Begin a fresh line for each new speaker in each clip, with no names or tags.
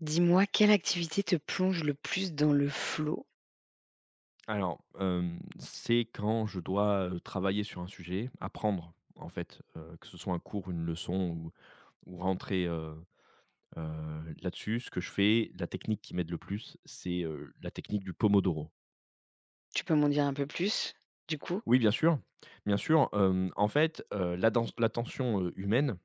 Dis-moi, quelle activité te plonge le plus dans le flot.
Alors, c'est quand je dois, travailler sur un sujet, apprendre en fait, que ce soit un cours, une leçon ou rentrer, là-dessus. Ce que je fais, la technique qui m'aide le plus, c'est, la technique du pomodoro.
Tu peux m'en dire un peu plus, du coup?
Oui, bien sûr, en fait, la l'atten l'attention, humaine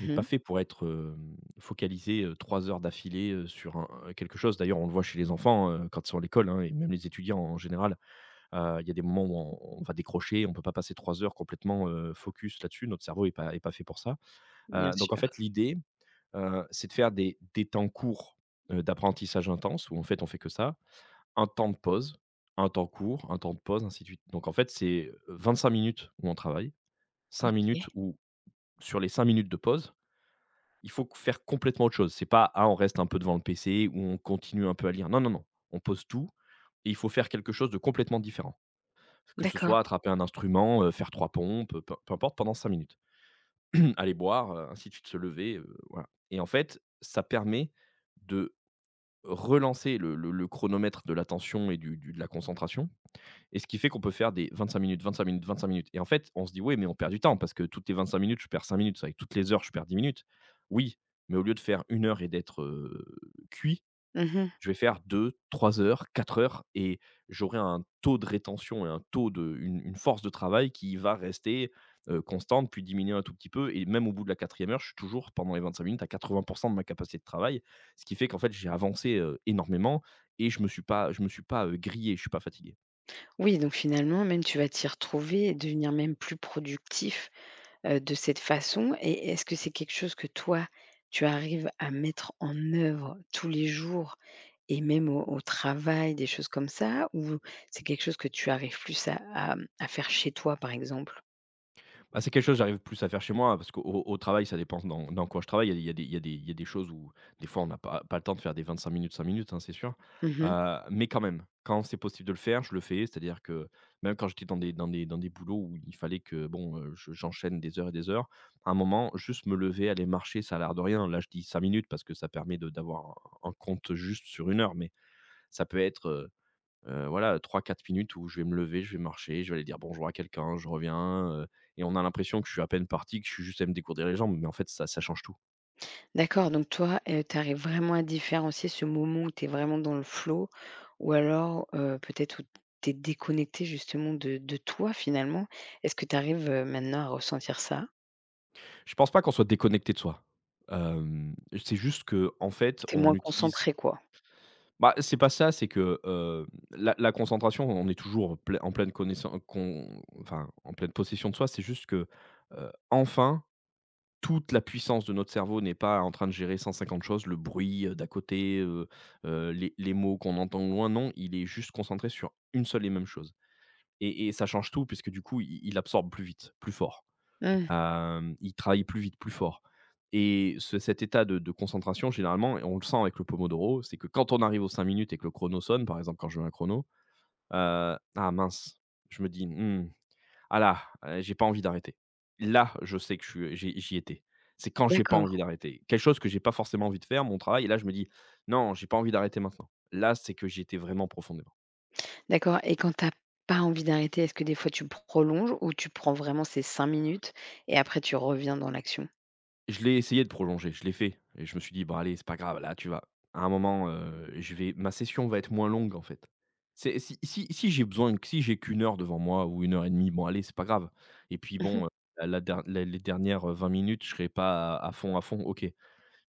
n'est pas fait pour être, focalisée, 3 heures d'affilée, sur un quelque chose. D'ailleurs, on le voit chez les enfants, quand ils sont à l'école, hein, et même les étudiants en général. Il y a des moments où on va décrocher, on peut pas passer 3 heures complètement, focus là-dessus. Notre cerveau est pas fait pour ça.
Bien
Donc en
sûr.
fait, l'idée, c'est de faire des temps courts, d'apprentissage intense où en fait, on fait que ça, un temps de pause, un temps court, un temps de pause, ainsi de suite. Donc en fait, c'est, 25 minutes où on travaille, 5 minutes
OK.
où sur les 5 minutes de pause, il faut faire complètement autre chose. C'est pas: «Ah, on reste un peu devant le PC» ou «on continue un peu à lire». Non, non, non, on pose tout et il faut faire quelque chose de complètement différent. Que ce
D'accord.
soit attraper un instrument, faire 3 pompes, peu importe pendant 5 minutes. Aller boire, ainsi de suite, se lever, voilà et en fait, ça permet de relancer le chronomètre de l'attention et du de la concentration et ce qui fait qu'on peut faire des 25 minutes, 25 minutes, 25 minutes et en fait, on se dit: oui, mais on perd du temps parce que toutes les 25 minutes, je perds 5 minutes, avec toutes les heures, je perds 10 minutes». Oui, mais au lieu de faire une heure et d'être, cuit,
Mmh.
je vais faire deux, trois heures, 4 heures et j'aurai un taux de rétention et un taux de une force de travail qui va rester, constante, puis diminuer un tout petit peu et même au bout de la quatrième heure, je suis toujours pendant les 25 minutes à 80 de ma capacité de travail. Ce qui fait qu'en fait, j'ai avancé, énormément et je ne me suis pas je me suis pas, grillé, je ne suis pas fatigué.
Oui, donc finalement, même tu vas t'y retrouver et devenir même plus productif de cette façon. Et est-ce que c'est quelque chose que toi, tu arrives à mettre en œuvre tous les jours et même au travail, des choses comme ça? Ou c'est quelque chose que tu arrives plus à, mmh, à faire chez toi, par exemple?
Bah, c'est quelque chose que j'arrive plus à faire chez moi, parce qu'au travail, ça dépend dans quoi je travaille. Il y a des- il y a des il y a des Il y a des choses où, des fois, on n'a pas le temps de faire des 25 minutes, 5 minutes, hein, c'est sûr.
Mmh.
Mais quand même, quand c'est possible de le faire, je le fais. C'est-à-dire que même quand j'étais dans des boulots où il fallait que, bon, je j'enchaîne des heures et des heures, à un moment, juste me lever, aller marcher, ça a l'air de rien. Là, je dis 5 minutes parce que ça permet de d'avoir un compte juste sur une heure, mais ça peut être, voilà, trois quatre minutes où je vais me lever, je vais marcher, je vais aller dire bonjour à quelqu'un, je reviens, et on a l'impression que je suis à peine parti, que je suis juste allé me dégourdir les jambes, mais en fait ça change tout.
D'accord, donc toi, tu arrives vraiment à différencier ce moment où tu es vraiment dans le flow, ou alors, peut-être où tu es déconnectée justement de toi, finalement. Est-ce que tu arrives, maintenant à ressentir ça?
Je pense pas qu'on soit déconnecté de soi. Hem, c'est juste que en fait,
Tu es
on
moins
utilise
concentré quoi?
bah, c'est pas ça, c'est que, la concentration, on est toujours plei en pleine connaissance con enfin, en pleine possession de soi. C'est juste que, enfin toute la puissance de notre cerveau n'est pas en train de gérer 150 choses, le bruit, d'à côté, les mots qu'on entend loin, non, il est juste concentré sur une seule et même chose et ça change tout puisque du coup i il absorbe plus vite, plus fort,
Mmh,
il travaille plus vite, plus fort et ce cet état de concentration généralement et on le sent avec le pomodoro, c'est que quand on arrive aux 5 minutes et que le chrono sonne, par exemple quand je mets un chrono, heu: «Ah mince», je me dis: «Mmh». Ah là, j'ai pas envie d'arrêter. Là, je sais que je suis j'y j'y étais. C'est quand j'ai pas envie
d'accord.
d'arrêter. Quelque chose que j'ai pas forcément envie de faire, mon travail, et là, je me dis: «Non, j'ai pas envie d'arrêter maintenant». Là, c'est que j'y étais vraiment profondément.
D'accord, et quand t'as pas envie d'arrêter, est-ce que des fois tu prolonges ou tu prends vraiment ces 5 minutes et après tu reviens dans l'action?
Je l'ai essayé de prolonger, je l'ai fait et je me suis dit: «Bon allez, c'est pas grave, là, tu vas à un moment, je vais ma session va être moins longue, en fait». C'est si j'ai besoin si j'ai qu'une heure devant moi ou une heure et demie, bon allez, c'est pas grave et puis bon,
Mhm.
la la der les dernières, 20 minutes, je serai pas à fond, à fond, OK.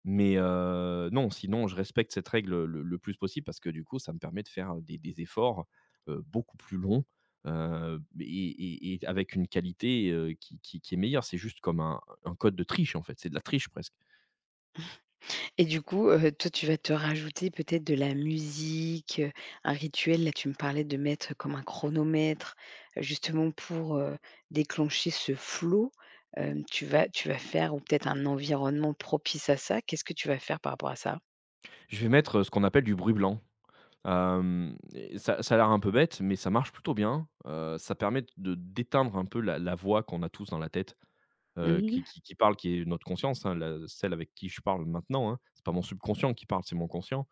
Mais non, sinon je respecte cette règle, le plus possible parce que du coup, ça me permet de faire, des efforts, beaucoup plus longs, heu, et et avec une qualité, qui est meilleure. C'est juste comme un code de triche, en fait, c'est de la triche presque.
Et du coup, toi, tu vas te rajouter peut-être de la musique, un rituel. Là, tu me parlais de mettre comme un chronomètre, justement pour, déclencher ce flow. Hem, tu vas faire ou peut-être un environnement propice à ça. Qu'est-ce que tu vas faire par rapport à ça?
Je vais mettre, ce qu'on appelle du bruit blanc. Et ça a l'air un peu bête, mais ça marche plutôt bien. Ça permet de d'éteindre un peu la voix qu'on a tous dans la tête,
Mmh mh.
qui parle, qui est notre conscience, hein, la celle avec qui je parle maintenant, hein. C'est pas mon subconscient qui parle, c'est mon conscient.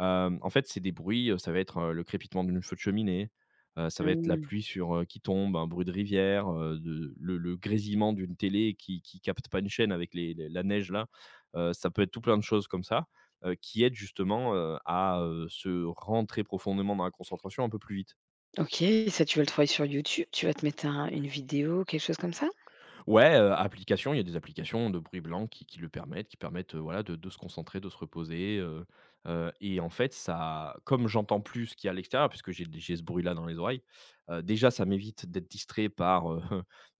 En fait, c'est des bruits, ça va être, le crépitement d'une feu de cheminée, ça va être la
Mmh.
pluie sur, qui tombe, un bruit de rivière, de le grésillement d'une télé qui capte pas une chaîne avec les la neige là. Ça peut être tout plein de choses comme ça, qui aident justement, à se rentrer profondément dans la concentration un peu plus vite.
OK, ça, tu vas le trouver sur YouTube? Tu vas te mettre un une vidéo, quelque chose comme ça?
Ouais, il y a des applications de bruit blanc qui le permettent, qui permettent, voilà, de se concentrer, de se reposer, et en fait, ça comme j'entends plus ce qu'il y a à l'extérieur, puisque j'ai ce bruit-là dans les oreilles, déjà, ça m'évite d'être distrait par, heu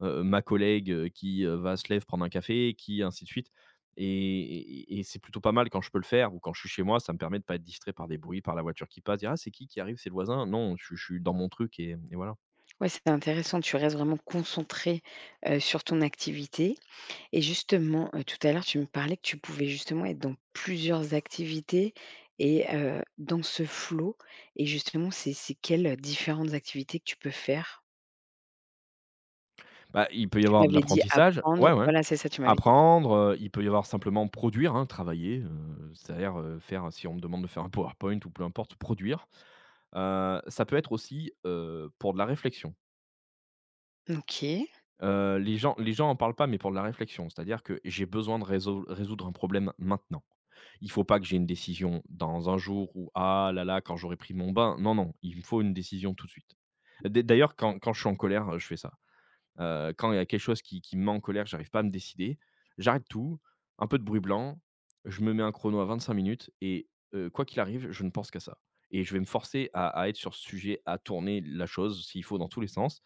heu, ma collègue, qui, va se lève prendre un café, qui ainsi de suite et et c'est plutôt pas mal quand je peux le faire ou quand je suis chez moi, ça me permet de pas être distrait par des bruits, par la voiture qui passe, dire: «Ah, c'est qui arrive? C'est le voisin?» non, je suis dans mon truc et voilà.
Ouais, c'est intéressant, tu restes vraiment concentré, sur ton activité. Et justement, tout à l'heure, tu me parlais que tu pouvais justement être dans plusieurs activités et dans ce flow. Et justement, c'est quelles, différentes activités que tu peux faire?
Bah, il peut y
Tu
avoir de
m'avais dit
l'apprentissage
apprendre,
ouais, ouais.
voilà, c'est ça, tu m'avais dit.
Apprendre, il peut y avoir simplement produire, hein, travailler, c'est-à-dire, faire si on me demande de faire un PowerPoint ou peu importe, produire. Ça peut être aussi, pour de la réflexion.
OK.
Les gens en parlent pas, mais pour de la réflexion, c'est-à-dire que j'ai besoin de réseau résoudre un problème maintenant. Il faut pas que j'ai une décision dans un jour ou ah là là, quand j'aurai pris mon bain. Non, non, il me faut une décision tout de suite. Dai D'ailleurs, quand je suis en colère, je fais ça. Quand il y a quelque chose qui me met en colère, j'arrive pas à me décider. J'arrête tout, un peu de bruit blanc, je me mets un chrono à 25 minutes et quoi qu'il arrive, je ne pense qu'à ça et je vais me forcer à être sur ce sujet, à tourner la chose s'il faut dans tous les sens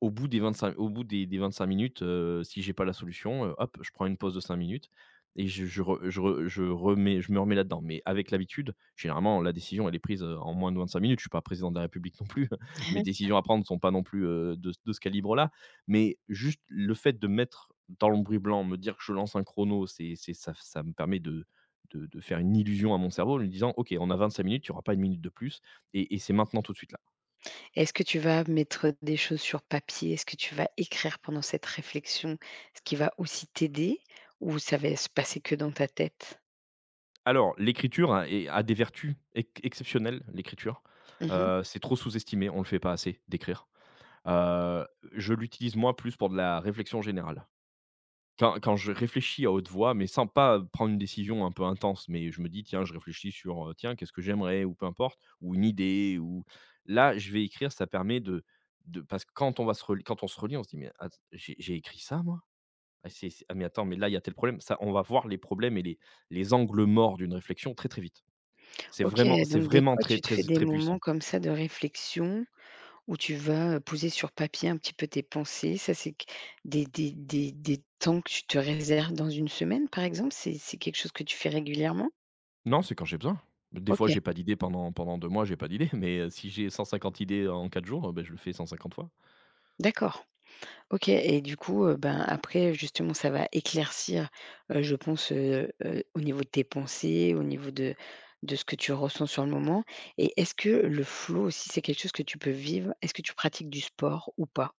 au bout des 25 minutes, si j'ai pas la solution, hop, je prends une pause de 5 minutes et je me remets là-dedans. Mais avec l'habitude, généralement, la décision, elle est prise, en moins de 25 minutes. Je suis pas président de la République non plus. Mes décisions à prendre sont pas non plus, de ce calibre-là. Mais juste le fait de mettre dans l'ambris blanc, me dire que je lance un chrono, c'est ça ça me permet de faire une illusion à mon cerveau en lui disant: «OK, on a 25 minutes, il y aura pas une minute de plus et c'est maintenant tout de suite là».
Est-ce que tu vas mettre des choses sur papier? Est-ce que tu vas écrire pendant cette réflexion, ce qui va aussi t'aider, ou ça va se passer que dans ta tête?
Alors, l'écriture a des vertus ex exceptionnelles, l'écriture.
Mmh.
C'est trop sous-estimé, on ne le fait pas assez d'écrire. Heu, je l'utilise moi plus pour de la réflexion générale. Quand je réfléchis à haute voix, mais sans pas prendre une décision un peu intense, mais je me dis: «Tiens, je réfléchis sur, tiens, qu'est-ce que j'aimerais?» ou peu importe, ou une idée ou là, je vais écrire, ça permet de parce que quand on se relit, on se dit: «Mais att j'ai écrit ça moi? Ah c'est ah mais attends, mais là, il y a tel problème». Ça, on va voir les problèmes et les angles morts d'une réflexion très, très vite. C'est
OK,
vraiment c'est
donc des
vraiment
fois,
très,
tu te
très,
fais des
très
moments
puissant.
comme ça de réflexion où tu vas, poser sur papier un petit peu tes pensées. Ça, c'est q des temps que tu te réserves dans une semaine, par exemple? C'est quelque chose que tu fais régulièrement?
Non, c'est quand j'ai besoin. Des fois,
OK,
j'ai pas d'idée pendant 2 mois, j'ai pas d'idée, mais si j'ai 150 idées en 4 jours, ben je le fais 150 fois.
d'accord. OK, et du coup, ben, après, justement, ça va éclaircir, je pense, au niveau de tes pensées, au niveau de ce que tu ressens sur le moment. Et est-ce que le flow aussi, c'est quelque chose que tu peux vivre? Est-ce que tu pratiques du sport ou pas?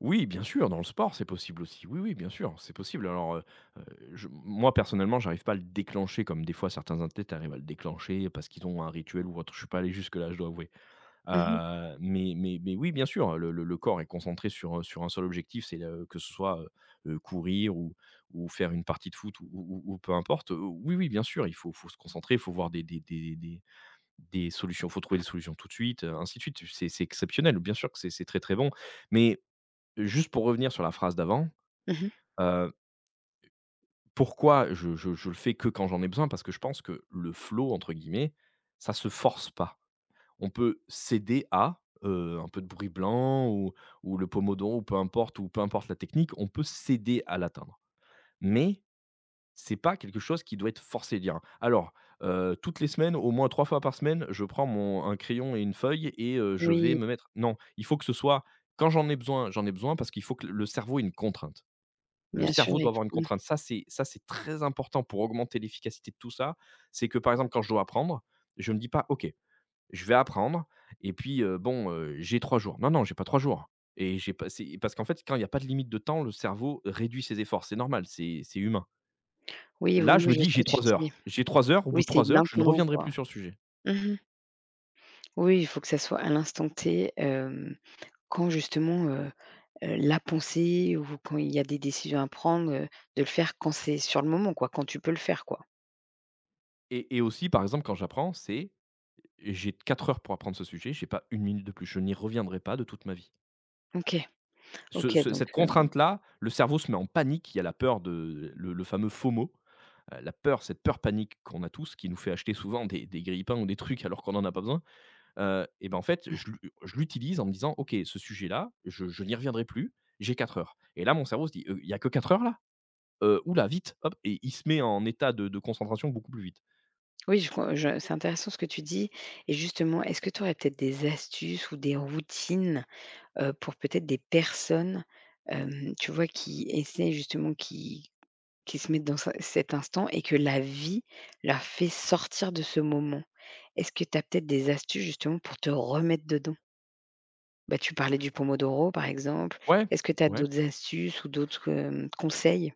Oui, bien sûr, dans le sport, c'est possible aussi. Oui, oui, bien sûr, c'est possible. Alors, heu, je moi, personnellement, j'arrive pas à le déclencher comme des fois certains athlètes arrivent à le déclencher parce qu'ils ont un rituel ou autre. Je suis pas allé jusque là, je dois avouer.
Mmh mh.
Mais oui, bien sûr, le corps est concentré sur, sur un seul objectif, c'est le que ce soit, courir ou faire une partie de foot ou peu importe. Oui, oui, bien sûr, il faut se concentrer, il faut voir des solutions, faut trouver des solutions tout de suite, ainsi de suite. C'est exceptionnel, bien sûr que c'est très, très bon. Mais juste pour revenir sur la phrase d'avant,
Mmh.
heu, pourquoi je le fais que quand j'en ai besoin? Parce que je pense que le «flow» entre guillemets, ça se force pas. On peut céder à, un peu de bruit blanc ou le pomodoro ou peu importe la technique, on peut céder à l'atteindre. Mais c'est pas quelque chose qui doit être forcé, dire: hein. «Alors, toutes les semaines, au moins 3 fois par semaine, je prends mon un crayon et une feuille et je vais
Oui.
me mettre» non, il faut que ce soit quand j'en ai besoin parce qu'il faut que le cerveau ait une contrainte. Le
Bien sûr,
cerveau doit
et
avoir une
mmh.
contrainte. Ça, c'est très important pour augmenter l'efficacité de tout ça. C'est que, par exemple, quand je dois apprendre, je me dis pas: «OK, je vais apprendre et puis, bon, j'ai 3 jours. Non, non, j'ai pas 3 jours et j'ai passé parce qu'en fait, quand il y a pas de limite de temps, le cerveau réduit ses efforts. C'est normal, c'est humain.
Oui, oui,
Là, je
oui,
me
je vois
dis:
ce que
«J'ai
tu
3
dis.
heures. J'ai 3 heures, au bout
Oui,
de
c'est
3 heures, je ne
maintenant,
reviendrai
quoi.
plus sur le sujet»
Mmh mh. Oui, il faut que ça soit à l'instant T, hem, quand justement, la pensée ou quand il y a des décisions à prendre, de le faire quand c'est sur le moment, quoi, quand tu peux le faire, quoi.
et aussi, par exemple, quand j'apprends, c'est: «J'ai 4 heures pour apprendre ce sujet, j'ai pas une minute de plus. Je n'y reviendrai pas de toute ma vie».
OK.
Ce
OK,
ce
donc
cette
hem,
contrainte-là, le cerveau se met en panique. Il y a la peur de le fameux FOMO, la peur, cette peur panique qu'on a tous, qui nous fait acheter souvent des grille-pains ou des trucs alors qu'on en a pas besoin. Et ben, en fait, je l'utilise en me disant: «OK, ce sujet-là, je n'y reviendrai plus, j'ai 4 heures» et là, mon cerveau se dit: il y a que 4 heures là? Ouh vite, hop» et il se met en état de concentration beaucoup plus vite.
oui, je com je c'est intéressant ce que tu dis. Et justement, est-ce que tu aurais peut-être des astuces ou des routines, pour peut-être des personnes, hem, tu vois, qui essaient justement qui se mettent dans ce cet instant et que la vie leur fait sortir de ce moment. Est-ce que tu as peut-être des astuces justement pour te remettre dedans? Bah, tu parlais du pomodoro par exemple.
Ouais,
Est-ce que tu as
ouais,
d'autres astuces ou d'autres, hem, conseils?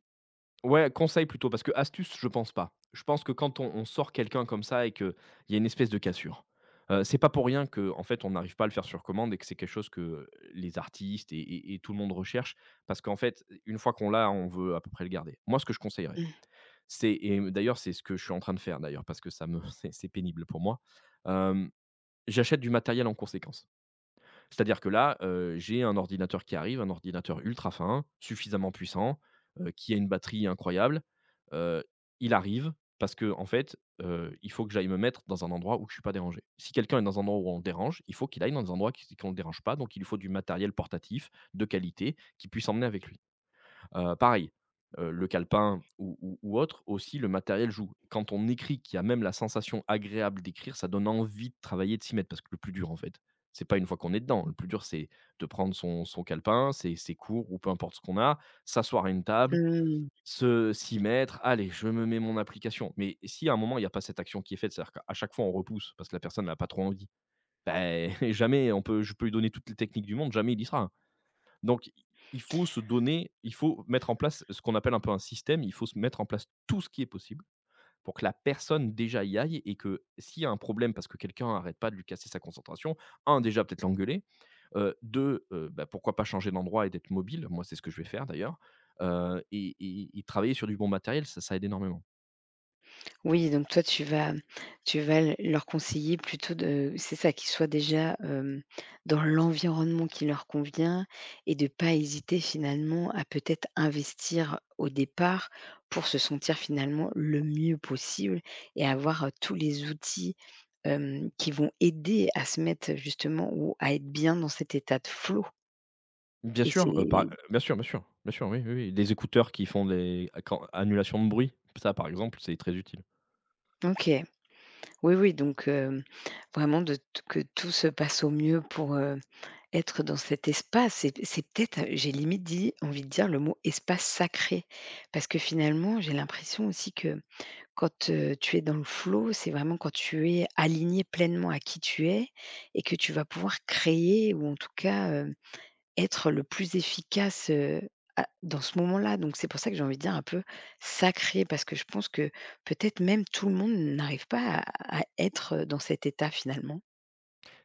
ouais, conseil plutôt parce que astuce, je pense pas. Je pense que quand on sort quelqu'un comme ça et qu'il y a une espèce de cassure, c'est pas pour rien que en fait, on n'arrive pas à le faire sur commande et que c'est quelque chose que les artistes et tout le monde recherche parce qu'en fait, une fois qu'on l'a, on veut à peu près le garder. Moi, ce que je conseillerais
Mmh.
c'est et mmh, d'ailleurs, c'est ce que je suis en train de faire d'ailleurs parce que ça me c'est pénible pour moi. Hem, j'achète du matériel en conséquence. C'est-à-dire que là, j'ai un ordinateur qui arrive, un ordinateur ultra fin, suffisamment puissant, qui a une batterie incroyable. Heu, il arrive parce que en fait, il faut que j'aille me mettre dans un endroit où je suis pas dérangé. Si quelqu'un est dans un endroit où on le dérange, il faut qu'il aille dans des endroits qui qu'on ne le dérange pas, donc il lui faut du matériel portatif de qualité qui puisse emmener avec lui. Pareil, le calepin ou autre, aussi le matériel joue. Quand on écrit, qu'il y a même la sensation agréable d'écrire, ça donne envie de travailler, de s'y mettre parce que le plus dur en fait, c'est pas une fois qu'on est dedans. Le plus dur, c'est de prendre son calepin, ses cours ou peu importe ce qu'on a, s'asseoir à une table,
Mmh.
se s'y mettre: «Allez, je me mets mon application». Mais si à un moment, il y a pas cette action qui est faite, c'est-à-dire qu'à chaque fois on repousse parce que la personne n'a pas trop envie, beh, jamais on peut je peux lui donner toutes les techniques du monde, jamais il y sera. Donc il faut se donner, il faut mettre en place ce qu'on appelle un peu un système, il faut se mettre en place tout ce qui est possible pour que la personne déjà y aille et que s'il y a un problème parce que quelqu'un n'arrête pas de lui casser sa concentration, un, déjà peut-être l'engueuler, 2, bah, pourquoi pas changer d'endroit et d'être mobile? Moi, c'est ce que je vais faire d'ailleurs, et travailler sur du bon matériel, ça aide énormément.
Oui, donc toi, tu vas l leur conseiller plutôt de c'est ça, qu'ils soient déjà, hem, dans l'environnement qui leur convient, et de pas hésiter finalement à peut-être investir au départ pour se sentir finalement le mieux possible et avoir, tous les outils, hem, qui vont aider à se mettre justement ou à être bien dans cet état de flow.
Bien
Et
sûr, par
c'est
bien sûr, bien sûr, bien sûr, oui, oui, oui, des écouteurs qui font des quand annulation de bruit, ça par exemple, c'est très utile.
OK. Oui, oui, donc, hem, vraiment de t que tout se passe au mieux pour, être dans cet espace. C'est peut-être, j'ai limite dit envie de dire le mot espace sacré. Parce que finalement, j'ai l'impression aussi que quand, tu es dans le flow, c'est vraiment quand tu es aligné pleinement à qui tu es et que tu vas pouvoir créer, ou en tout cas, être le plus efficace, à dans ce moment-là. Donc c'est pour ça que j'ai envie de dire un peu sacré, parce que je pense que peut-être même tout le monde n'arrive pas à à être dans cet état finalement.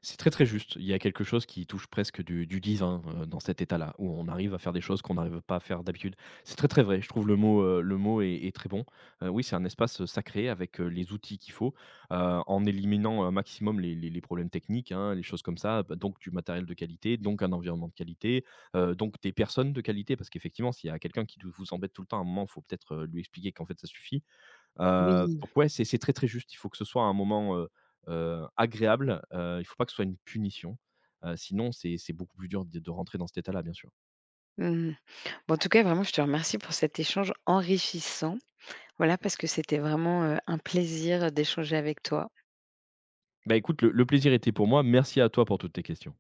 C'est très, très juste. Il y a quelque chose qui touche presque du divin, dans cet état-là, où on arrive à faire des choses qu'on n'arrive pas à faire d'habitude. C'est très, très vrai. Je trouve le mot est très bon. Oui, c'est un espace, sacré avec, les outils qu'il faut, en éliminant un maximum les problèmes techniques, hein, les choses comme ça, bah, donc du matériel de qualité, donc un environnement de qualité, donc des personnes de qualité. Parce qu'effectivement, s'il y a quelqu'un qui vous embête tout le temps, à un moment, il faut peut-être, lui expliquer qu'en fait ça suffit. Heu,
Oui.
donc ouais, c'est très, très juste. Il faut que ce soit un moment, agréable, il faut pas que ce soit une punition, sinon c'est beaucoup plus dur de rentrer dans cet état-là, bien sûr.
Mmh. Bon, en tout cas, vraiment, je te remercie pour cet échange enrichissant. Voilà, parce que c'était vraiment, un plaisir d'échanger avec toi.
Bah, écoute, le plaisir était pour moi. Merci à toi pour toutes tes questions.